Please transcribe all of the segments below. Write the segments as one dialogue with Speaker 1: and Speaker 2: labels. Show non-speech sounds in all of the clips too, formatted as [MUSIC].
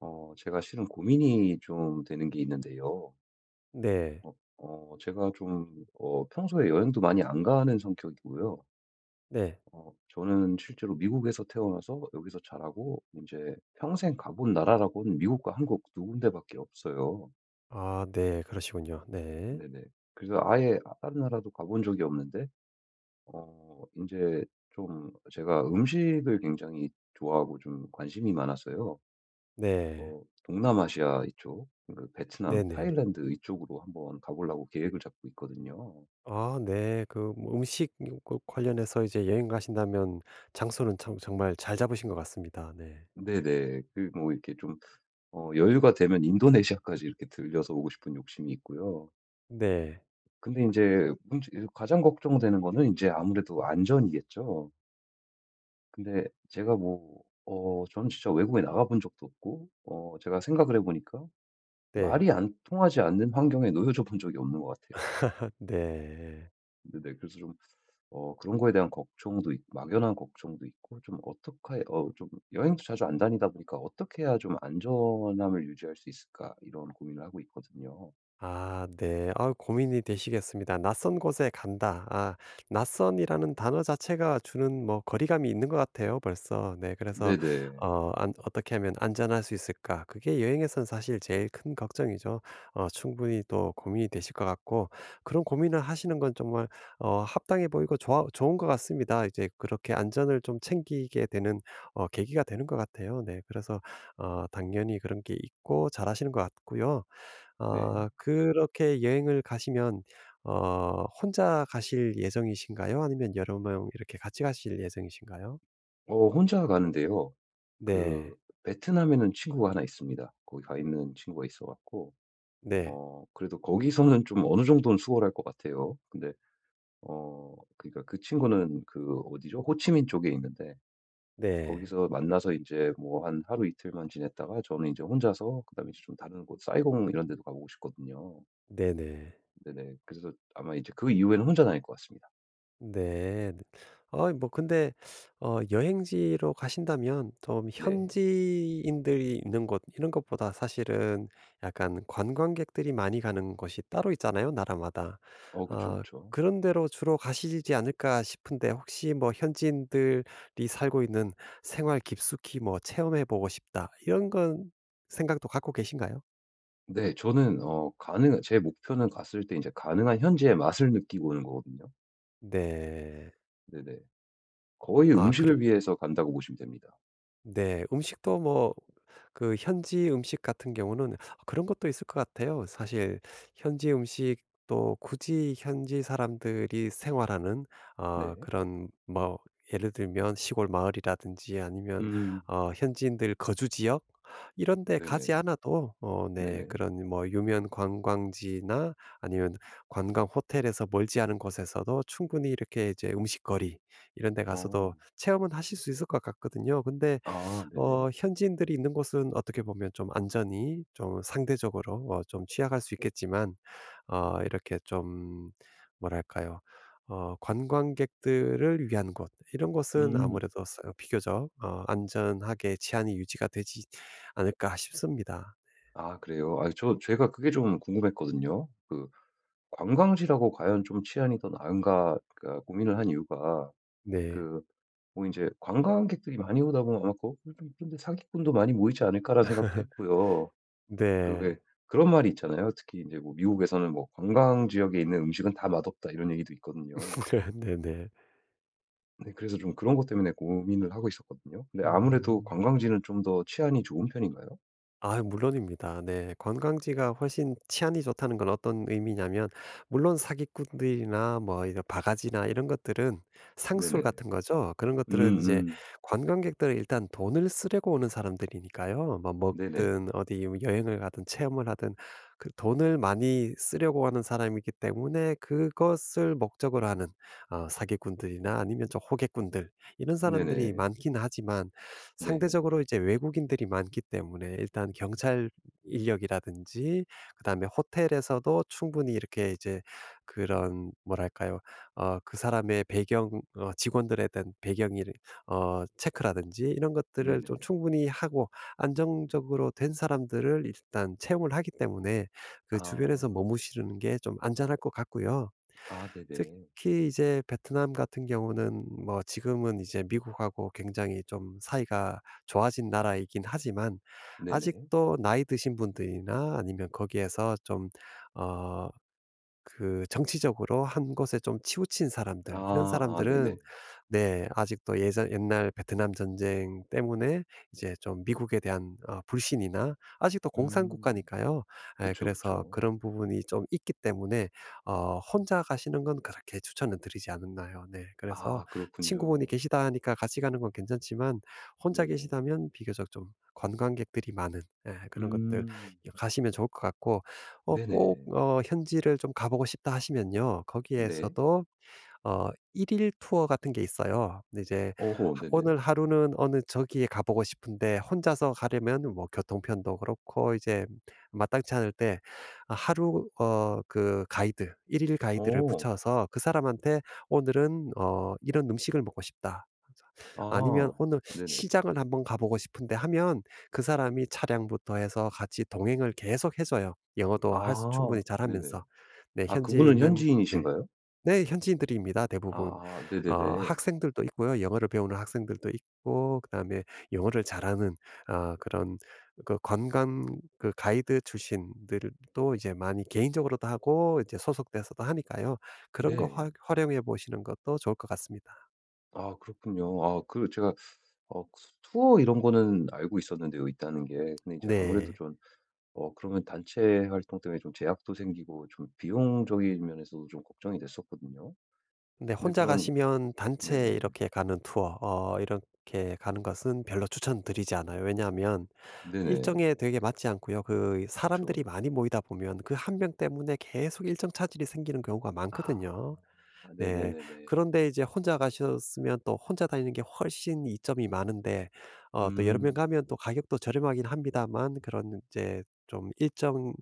Speaker 1: 제가 실은 고민이 좀 되는 게 있는데요.
Speaker 2: 네.
Speaker 1: 제가 좀, 평소에 여행도 많이 안 가는 성격이고요.
Speaker 2: 네.
Speaker 1: 저는 실제로 미국에서 태어나서 여기서 자라고, 이제 평생 가본 나라라고는 미국과 한국 두 군데밖에 없어요.
Speaker 2: 아 네, 그러시군요. 네.
Speaker 1: 네네. 그래서 아예 다른 나라도 가본 적이 없는데, 어, 이제 좀 제가 음식을 굉장히 좋아하고 좀 관심이 많았어요.
Speaker 2: 네.
Speaker 1: 동남아시아 이쪽 그 베트남, 타일
Speaker 2: 네네.
Speaker 1: 랜드 이쪽으로 한번 가 보려고 계획을 잡고 있거든요.
Speaker 2: 아 네. 그 뭐 음식 그 관련해서 이제 여행 가신다면 장소는 참 정말 잘 잡으신 것 같습니다. 네.
Speaker 1: 네네. 그 뭐 이렇게 좀 여유가 되면 인도네시아까지 이렇게 들려서 오고 싶은 욕심이 있고요.
Speaker 2: 네.
Speaker 1: 근데 이제 문제 가장 걱정되는 거는 이제 아무래도 안전이겠죠. 근데 제가 뭐 저는 진짜 외국에 나가본 적도 없고 제가 생각을 해 보니까
Speaker 2: 네.
Speaker 1: 말이 안 통하지 않는 환경에 [LAUGHS] 놓여져 본 적이 없는 것 같아요.
Speaker 2: [LAUGHS] 네.
Speaker 1: 네네. 그래서 좀 그런 거에 대한 걱정도 있 막연한 걱정도 있고 좀 어떻게 좀 여행도 자주 안 다니다 보니까 '어떻게 해야 좀 안전함을 유지할 수 있을까?' 이런 고민을 하고 있거든요.
Speaker 2: 아 네. 아 고민이 되시겠습니다. '낯선 곳에 간다.' 아 낯선이라는 단어 자체가 주는 뭐 거리감이 있는 것 같아요 벌써. 네, 그래서
Speaker 1: 네네.
Speaker 2: 어 안 '어떻게 하면 안전할 수 있을까?' 그게 여행에선 사실 제일 큰 걱정이죠. 어 충분히 또 고민이 되실 것 같고 그런 고민을 하시는 건 정말 어 합당해 보이고 좋아 좋은 것 같습니다. 이제 그렇게 안전을 좀 챙기게 되는 어 계기가 되는 것 같아요. 네, 그래서 어 당연히 그런 게 있고 잘하시는 것 같고요.
Speaker 1: 네.
Speaker 2: 아 그렇게 여행을 가시면 어 혼자 가실 예정이신가요? 아니면 여러 명 이렇게 같이 가실 예정이신가요?
Speaker 1: 혼자 가는데요. 그
Speaker 2: 네.
Speaker 1: 베트남에는 친구가 하나 있습니다. 거기 가 있는 친구가 있어 갖고
Speaker 2: 네.
Speaker 1: 그래도 거기서는 좀 어느 정도는 수월할 것 같아요. 근데 그러니까 그 친구는 그 어디죠? 호치민 쪽에 있는데
Speaker 2: 네.
Speaker 1: 거기서 만나서 이제 뭐 한 하루 이틀만 지냈다가 저는 이제 혼자서 그다음에 이제 좀 다른 곳 사이공 이런 데도 가보고 싶거든요.
Speaker 2: 네네.
Speaker 1: 네네. 그래서 아마 이제 그 이후에는 혼자 다닐 것 같습니다.
Speaker 2: 네. 아 뭐 근데 어 여행지로 가신다면 좀
Speaker 1: 네.
Speaker 2: 현지인들이 있는 곳 이런 것보다 사실은 약간 관광객들이 많이 가는 곳이 따로 있잖아요, 나라마다.
Speaker 1: 어 그쵸,
Speaker 2: 아
Speaker 1: 그쵸.
Speaker 2: 그런 데로 주로 가시지 않을까 싶은데 혹시 뭐 현지인들이 살고 있는 생활 깊숙이 뭐 체험해 보고 싶다 이런 건 생각도 갖고 계신가요?
Speaker 1: 네. 저는 가능한 제 목표는 갔을 때 이제 가능한 현지의 맛을 느끼고 오는 거거든요.
Speaker 2: 네.
Speaker 1: 네네. 거의
Speaker 2: 아 그러
Speaker 1: 음식을 위해서 간다고 보시면 됩니다.
Speaker 2: 네. 음식도 뭐 그 현지 음식 같은 경우는 그런 것도 있을 것 같아요. 사실 현지 음식도 굳이 현지 사람들이 생활하는
Speaker 1: 네.
Speaker 2: 어 그런 뭐 예를 들면 시골 마을이라든지 아니면
Speaker 1: 음.
Speaker 2: 어 현지인들 거주 지역 이런 데 가지
Speaker 1: 네네.
Speaker 2: 않아도 어네
Speaker 1: 네네.
Speaker 2: 그런 뭐 유명 관광지나 아니면 관광 호텔에서 멀지 않은 곳에서도 충분히 이렇게 이제 음식거리 이런 데
Speaker 1: 어.
Speaker 2: 가서도 체험은 하실 수 있을 것 같거든요. 근데
Speaker 1: 아 네네.
Speaker 2: 어 현지인들이 있는 곳은 어떻게 보면 좀 안전이 좀 상대적으로 어 좀 취약할 수 있겠지만 어 이렇게 좀 뭐랄까요? 어 관광객들을 위한 곳 이런 곳은
Speaker 1: 음.
Speaker 2: 아무래도 서 비교적 어 '안전하게 치안이 유지가 되지 않을까.' 싶습니다.
Speaker 1: 아 그래요? 아 저 제가 그게 좀 궁금했거든요. 그 관광지라고 과연 좀 치안이 더 나은가 그러니까 고민을 한 이유가
Speaker 2: 네.
Speaker 1: 그 뭐 이제 관광객들이 많이 오다 보면 아마 거데 '사기꾼도 많이 모이지 않을까.'라는 생각도
Speaker 2: [LAUGHS]
Speaker 1: 했고요. 그게
Speaker 2: 네.
Speaker 1: 그런 말이 있잖아요. 특히 이제 뭐 미국에서는 뭐 "관광 지역에 있는 음식은 다 맛없다." 이런 얘기도 있거든요.
Speaker 2: [LAUGHS] 네네.
Speaker 1: 네 그래서 좀 그런 것 때문에 고민을 하고 있었거든요. 근데 아무래도
Speaker 2: 음.
Speaker 1: 관광지는 좀 더 치안이 좋은 편인가요?
Speaker 2: 아 물론입니다. 네. 관광지가 훨씬 치안이 좋다는 건 어떤 의미냐면 물론 사기꾼들이나 뭐 이런 바가지나 이런 것들은 상술
Speaker 1: 네네.
Speaker 2: 같은 거죠. 그런 것들은 이제
Speaker 1: 음음.
Speaker 2: 관광객들은 일단 돈을 쓰려고 오는 사람들이니까요. 뭐
Speaker 1: 네네.
Speaker 2: 먹든 어디 뭐 여행을 가든 체험을 하든 그 돈을 많이 쓰려고 하는 사람이기 때문에 그것을 목적으로 하는 어 사기꾼들이나 아니면 저 호객꾼들 이런 사람들이
Speaker 1: 네네.
Speaker 2: 많긴 하지만
Speaker 1: 네.
Speaker 2: 상대적으로 이제 외국인들이 많기 때문에 일단 경찰 인력이라든지 그다음에 호텔에서도 충분히 이렇게 이제 그런 뭐랄까요? 어 그 사람의 배경 어 직원들에 대한 배경이 어 체크라든지 이런 것들을
Speaker 1: 네네.
Speaker 2: 좀 충분히 하고 안정적으로 된 사람들을 일단 채용을 하기 때문에 그
Speaker 1: 아.
Speaker 2: 주변에서 머무시는 게 좀 안전할 것 같고요.
Speaker 1: 아 네네.
Speaker 2: 특히 이제 베트남 같은 경우는 뭐 지금은 이제 미국하고 굉장히 좀 사이가 좋아진 나라이긴 하지만
Speaker 1: 네네.
Speaker 2: 아직도 나이 드신 분들이나 아니면 거기에서 좀 어 그 정치적으로 한 곳에 좀 치우친 사람들 이런
Speaker 1: 아. 아
Speaker 2: 사람들은
Speaker 1: 네네.
Speaker 2: 네, 아직도 예전 옛날 베트남 전쟁 때문에 이제 좀 미국에 대한 어 불신이나 아직도 공산
Speaker 1: 음.
Speaker 2: 국가니까요. 예,
Speaker 1: 그쵸,
Speaker 2: 그래서
Speaker 1: 그쵸.
Speaker 2: 그런 부분이 좀 있기 때문에 어 혼자 가시는 건 그렇게 추천은 드리지 않나요. 네. 그래서
Speaker 1: 아
Speaker 2: 친구분이
Speaker 1: 그렇군요.
Speaker 2: 계시다 하니까 같이 가는 건 괜찮지만 혼자
Speaker 1: 네네.
Speaker 2: 계시다면 비교적 좀 관광객들이 많은 예 그런 것들
Speaker 1: 음.
Speaker 2: 가시면 좋을 것 같고 어 꼭
Speaker 1: 네네.
Speaker 2: 어 현지를 좀 가 보고 싶다 하시면요.
Speaker 1: 네.
Speaker 2: 거기에서도 어 1 일 투어 같은 게 있어요. 근데 이제
Speaker 1: 어허
Speaker 2: 하
Speaker 1: 네네.
Speaker 2: 오늘 하루는 어느 저기에 가보고 싶은데 혼자서 가려면 뭐 교통편도 그렇고 이제 마땅치 않을 때 아 하루 어 그 가이드 1일 가이드를
Speaker 1: 어.
Speaker 2: 붙여서 그 사람한테 "오늘은 어 이런 음식을 먹고 싶다."
Speaker 1: 아.
Speaker 2: 아니면 "오늘
Speaker 1: 네네.
Speaker 2: 시장을 한번 가보고 싶은데." 하면 그 사람이 차량부터 해서 같이 동행을 계속 해 줘요, 영어도 할 수
Speaker 1: 아
Speaker 2: 충분히
Speaker 1: 네네.
Speaker 2: 잘하면서. 네,
Speaker 1: 아
Speaker 2: 현지에
Speaker 1: 그분은
Speaker 2: 있는 네.
Speaker 1: 현지인이신가요?
Speaker 2: 네. 현지인들입니다 대부분.
Speaker 1: 아아
Speaker 2: 어
Speaker 1: 네네네.
Speaker 2: 학생들도 있고요. 영어를 배우는 학생들도 있고 그다음에 영어를 잘하는 아 그런 그 관광 그 가이드 출신들도 이제 많이 개인적으로도 하고 이제 소속돼서도 하니까요. 그런 거
Speaker 1: 네.
Speaker 2: 활 활용해 보시는 것도 좋을 것 같습니다.
Speaker 1: 아 그렇군요. 아 그 제가 그 투어 이런 거는 알고 있었는데요, 있다는 게. 근데 이제 아무래도
Speaker 2: 네.
Speaker 1: 좀 그러면 단체 활동 때문에 좀 제약도 생기고 좀 비용적인 면에서도 좀 걱정이 됐었거든요.
Speaker 2: 근데
Speaker 1: 근데
Speaker 2: 혼자
Speaker 1: 그런
Speaker 2: 가시면 단체
Speaker 1: 네네.
Speaker 2: 이렇게 가는 투어 어 이렇게 가는 것은 별로 추천드리지 않아요. 왜냐하면
Speaker 1: 네네.
Speaker 2: 일정에 되게 맞지 않고요. 그 사람들이
Speaker 1: 그쵸.
Speaker 2: 많이 모이다 보면 그 한 명 때문에 계속 일정 차질이 생기는 경우가
Speaker 1: 아.
Speaker 2: 많거든요. 네.
Speaker 1: 네네네네.
Speaker 2: 그런데 이제 혼자 가셨으면 또 혼자 다니는 게 훨씬 이점이 많은데 어 또 여러 명
Speaker 1: 음.
Speaker 2: 가면 또 가격도 저렴하긴 합니다만 그런 이제 좀 일정을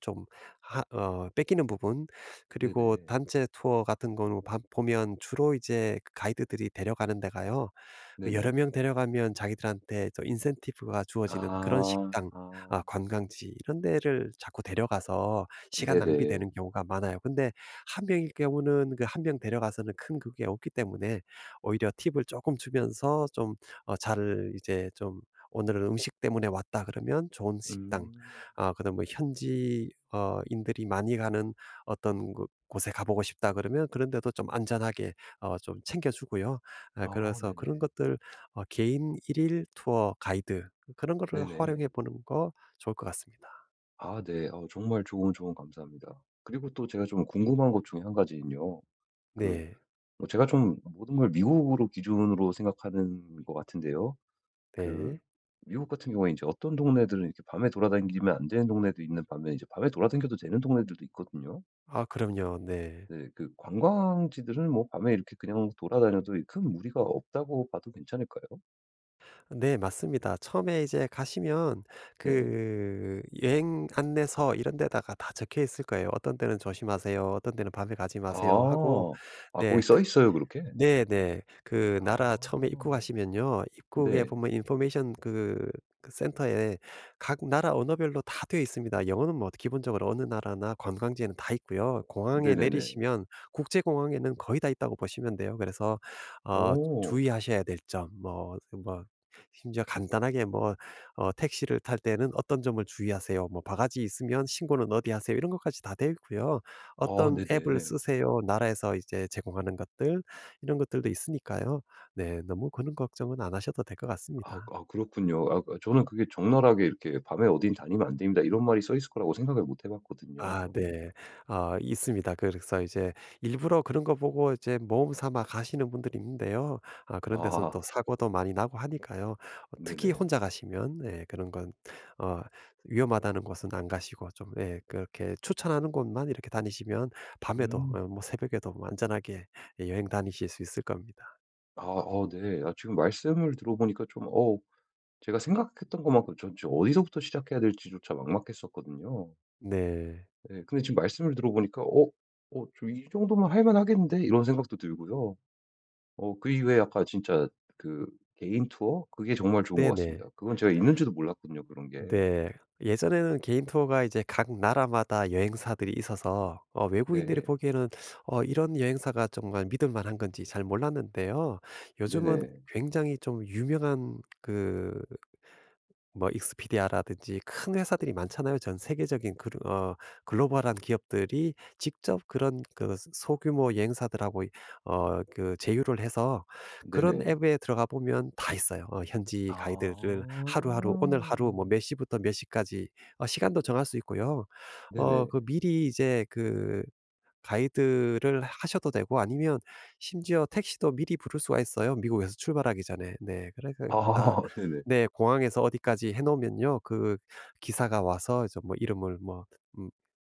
Speaker 2: 좀 하 어 뺏기는 부분 그리고
Speaker 1: 네네.
Speaker 2: 단체 투어 같은 경우 봐 보면 주로 이제 그 가이드들이 데려가는 데가요 그 여러
Speaker 1: 네네.
Speaker 2: 명 데려가면 자기들한테 저 인센티브가 주어지는 그런
Speaker 1: 아.
Speaker 2: 식당,
Speaker 1: 아.
Speaker 2: 아 관광지 이런 데를 자꾸 데려가서 시간
Speaker 1: 네네.
Speaker 2: 낭비되는 경우가 많아요. 근데 한 명일 경우는 그 한 명 데려가서는 큰 그게 없기 때문에 오히려 팁을 조금 주면서 좀 어 잘 이제 좀 "오늘은 음식 때문에 왔다." 그러면 좋은 식당
Speaker 1: 음.
Speaker 2: 아 그다음 뭐 현지 어 인들이 많이 가는 어떤 그 곳에 가보고 싶다 그러면 그런 데도 좀 안전하게 어 좀 챙겨 주고요. 아
Speaker 1: 아
Speaker 2: 그래서 그런
Speaker 1: 네네.
Speaker 2: 것들 어 개인 1일 투어 가이드 그런 거를
Speaker 1: 네네.
Speaker 2: 활용해 보는 거 좋을 것 같습니다.
Speaker 1: 아 네. 어 정말 좋은 조언 감사합니다. 그리고 또 제가 좀 궁금한 것 중에 한 가지는요. 그
Speaker 2: 네.
Speaker 1: 뭐 제가 좀 모든 걸 미국으로 기준으로 생각하는 것 같은데요. 그
Speaker 2: 네.
Speaker 1: 미국 같은 경우에 이제 어떤 동네들은 이렇게 밤에 돌아다니면 안 되는 동네도 있는 반면에 이제 밤에 돌아다녀도 되는 동네들도 있거든요.
Speaker 2: 아 그럼요. 네.
Speaker 1: 네. 그 관광지들은 뭐 밤에 이렇게 그냥 돌아다녀도 큰 무리가 없다고 봐도 괜찮을까요?
Speaker 2: 네, 맞습니다. 처음에 이제 가시면
Speaker 1: 네.
Speaker 2: 그 여행 안내서 이런 데다가 다 적혀 있을 거예요. 어떤 때는 조심하세요. 어떤 때는 밤에 가지 마세요 하고
Speaker 1: 아. 아 거기
Speaker 2: 네.
Speaker 1: 써 있어요 그렇게?
Speaker 2: 네네. 그
Speaker 1: 아.
Speaker 2: 나라 처음에 입국하시면요. 입국에
Speaker 1: 네.
Speaker 2: 보면 인포메이션 그, 그 센터에 각 나라 언어별로 다 되어 있습니다. 영어는 뭐 기본적으로 어느 나라나 관광지에는 다 있고요. 공항에
Speaker 1: 네네네.
Speaker 2: 내리시면 국제공항에는 거의 다 있다고 보시면 돼요. 그래서 어
Speaker 1: 어.
Speaker 2: 주의하셔야 될 점, 뭐, 뭐 심지어 간단하게 뭐 어 택시를 탈 때는 어떤 점을 주의하세요. 뭐 바가지 있으면 신고는 어디 하세요. 이런 것까지 다 되어 있고요.
Speaker 1: 아
Speaker 2: 어떤 앱을
Speaker 1: 네네.
Speaker 2: 쓰세요. 나라에서 이제 제공하는 것들. 이런 것들도 있으니까요. 네. 너무 그런 걱정은 안 하셔도 될 것
Speaker 1: 아
Speaker 2: 같습니다.
Speaker 1: 아 그렇군요. 아 그 저는 그게 적나라하게 이렇게 "밤에 어딘 다니면 안 됩니다." 이런 말이 써 있을 거라고 생각을 못해 봤거든요.
Speaker 2: 아 네. 아 있습니다. 그래서 이제 일부러 그런 거 보고 이제 모험 삼아 가시는 분들이 있는데요. 아 그런 데서는 또
Speaker 1: 아.
Speaker 2: 사고도 많이 나고 하니까요. 어 특히
Speaker 1: 네네.
Speaker 2: 혼자 가시면 예 그런 건 어 위험하다는 곳은 안 가시고 좀 예 그렇게 추천하는 곳만 이렇게 다니시면 밤에도 어
Speaker 1: 음.
Speaker 2: 뭐 새벽에도 뭐 안전하게 예 여행 다니실 수 있을 겁니다.
Speaker 1: 아 어 네. 아 지금 말씀을 들어보니까 좀 제가 생각했던 것만큼 전 진짜 어디서부터 시작해야 될지조차 막막했었거든요.
Speaker 2: 네.
Speaker 1: 네 근데 지금 말씀을 들어보니까 '어 저이 정도면 할 만하겠는데?' 이런 생각도 들고요. 그 이외에 아까 진짜 그 개인 투어 그게 정말 좋은 것
Speaker 2: 네네.
Speaker 1: 같습니다. 그건 제가 있는지도 몰랐거든요 그런 게.
Speaker 2: 네. 예전에는 개인 투어가 이제 각 나라마다 여행사들이 있어서 어 외국인들이
Speaker 1: 네.
Speaker 2: 보기에는 어 이런 여행사가 정말 믿을 만한 건지 잘 몰랐는데요. 요즘은
Speaker 1: 네네.
Speaker 2: 굉장히 좀 유명한 그 뭐 익스피디아라든지 큰 회사들이 많잖아요. 전 세계적인 글어 글로벌한 기업들이 직접 그런 그 소 소규모 여행사들하고 이 어 그 제휴를 해서 그런
Speaker 1: 네네.
Speaker 2: 앱에 들어가 보면 다 있어요. 어 현지
Speaker 1: 아.
Speaker 2: 가이드를 하루하루 오늘 하루 뭐 몇 시부터 몇 시까지 어 시간도 정할 수 있고요. 어
Speaker 1: 네네.
Speaker 2: 그 미리 이제 그 가이드를 하셔도 되고 아니면 심지어 택시도 미리 부를 수가 있어요, 미국에서 출발하기 전에. 네. 그래서 다
Speaker 1: 아 [LAUGHS] 네네.
Speaker 2: 네, 공항에서 어디까지 해 놓으면요. 그 기사가 와서 이제 뭐 이름을 뭐 음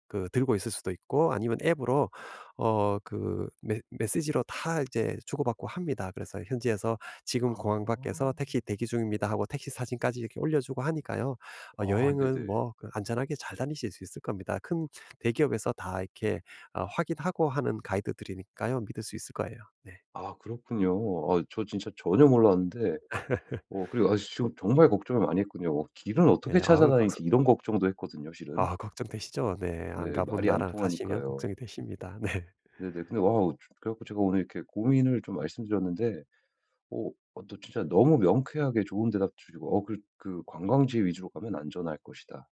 Speaker 2: 그 들고 있을 수도 있고 아니면 앱으로 어 그 메 메시지로 다 이제 주고받고 합니다. 그래서 현지에서 "지금
Speaker 1: 아.
Speaker 2: 공항 밖에서 택시 대기 중입니다." 하고 택시 사진까지 이렇게 올려주고 하니까요. 어
Speaker 1: 아
Speaker 2: 여행은
Speaker 1: 네네.
Speaker 2: 뭐그 안전하게 잘 다니실 수 있을 겁니다. 큰 대기업에서 다 이렇게 어 확인하고 하는 가이드들이니까요. 믿을 수 있을 거예요. 네.
Speaker 1: 아 그렇군요. 아 저 진짜 전혀 몰랐는데
Speaker 2: [LAUGHS]
Speaker 1: 그리고 아 지금 정말 걱정을 많이 했군요. 길은 어떻게
Speaker 2: 네. 아우
Speaker 1: 찾아다니지
Speaker 2: 걱정
Speaker 1: 이런 걱정도 했거든요 실은.
Speaker 2: 아 걱정되시죠? 네. 안
Speaker 1: 네
Speaker 2: 가본
Speaker 1: 말이 안
Speaker 2: 나라 가시면
Speaker 1: 통하니까요.
Speaker 2: 걱정이 되십니다. 네.
Speaker 1: 네네. 근데 와우 그래 갖고 제가 오늘 이렇게 고민을 좀 말씀드렸는데 또 진짜 너무 명쾌하게 좋은 대답 주시고 그 그 "관광지 위주로 가면 안전할 것이다."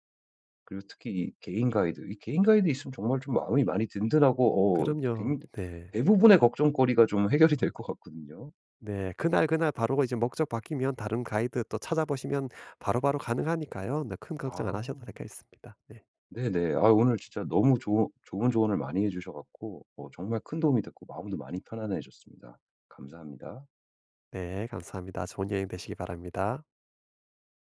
Speaker 1: 그리고 특히 이 개인 가이드 이 개인 가이드 있으면 정말 좀 마음이 많이 든든하고
Speaker 2: 그럼요.
Speaker 1: 굉
Speaker 2: 네.
Speaker 1: 대부분의 걱정거리가 좀 해결이 될 것 같거든요.
Speaker 2: 네. 그날 그날 바로 이제 목적 바뀌면 다른 가이드 또 찾아보시면 바로바로 가능하니까요. 네. 큰 걱정 안
Speaker 1: 아.
Speaker 2: 하셔도 될 것 같습니다. 네.
Speaker 1: 네네. 아 오늘 진짜 너무 좋은 좋은 조언을 많이 해 주셔 갖고 정말 큰 도움이 됐고 마음도 많이 편안해졌습니다. 감사합니다.
Speaker 2: 네, 감사합니다. 좋은 여행 되시기 바랍니다.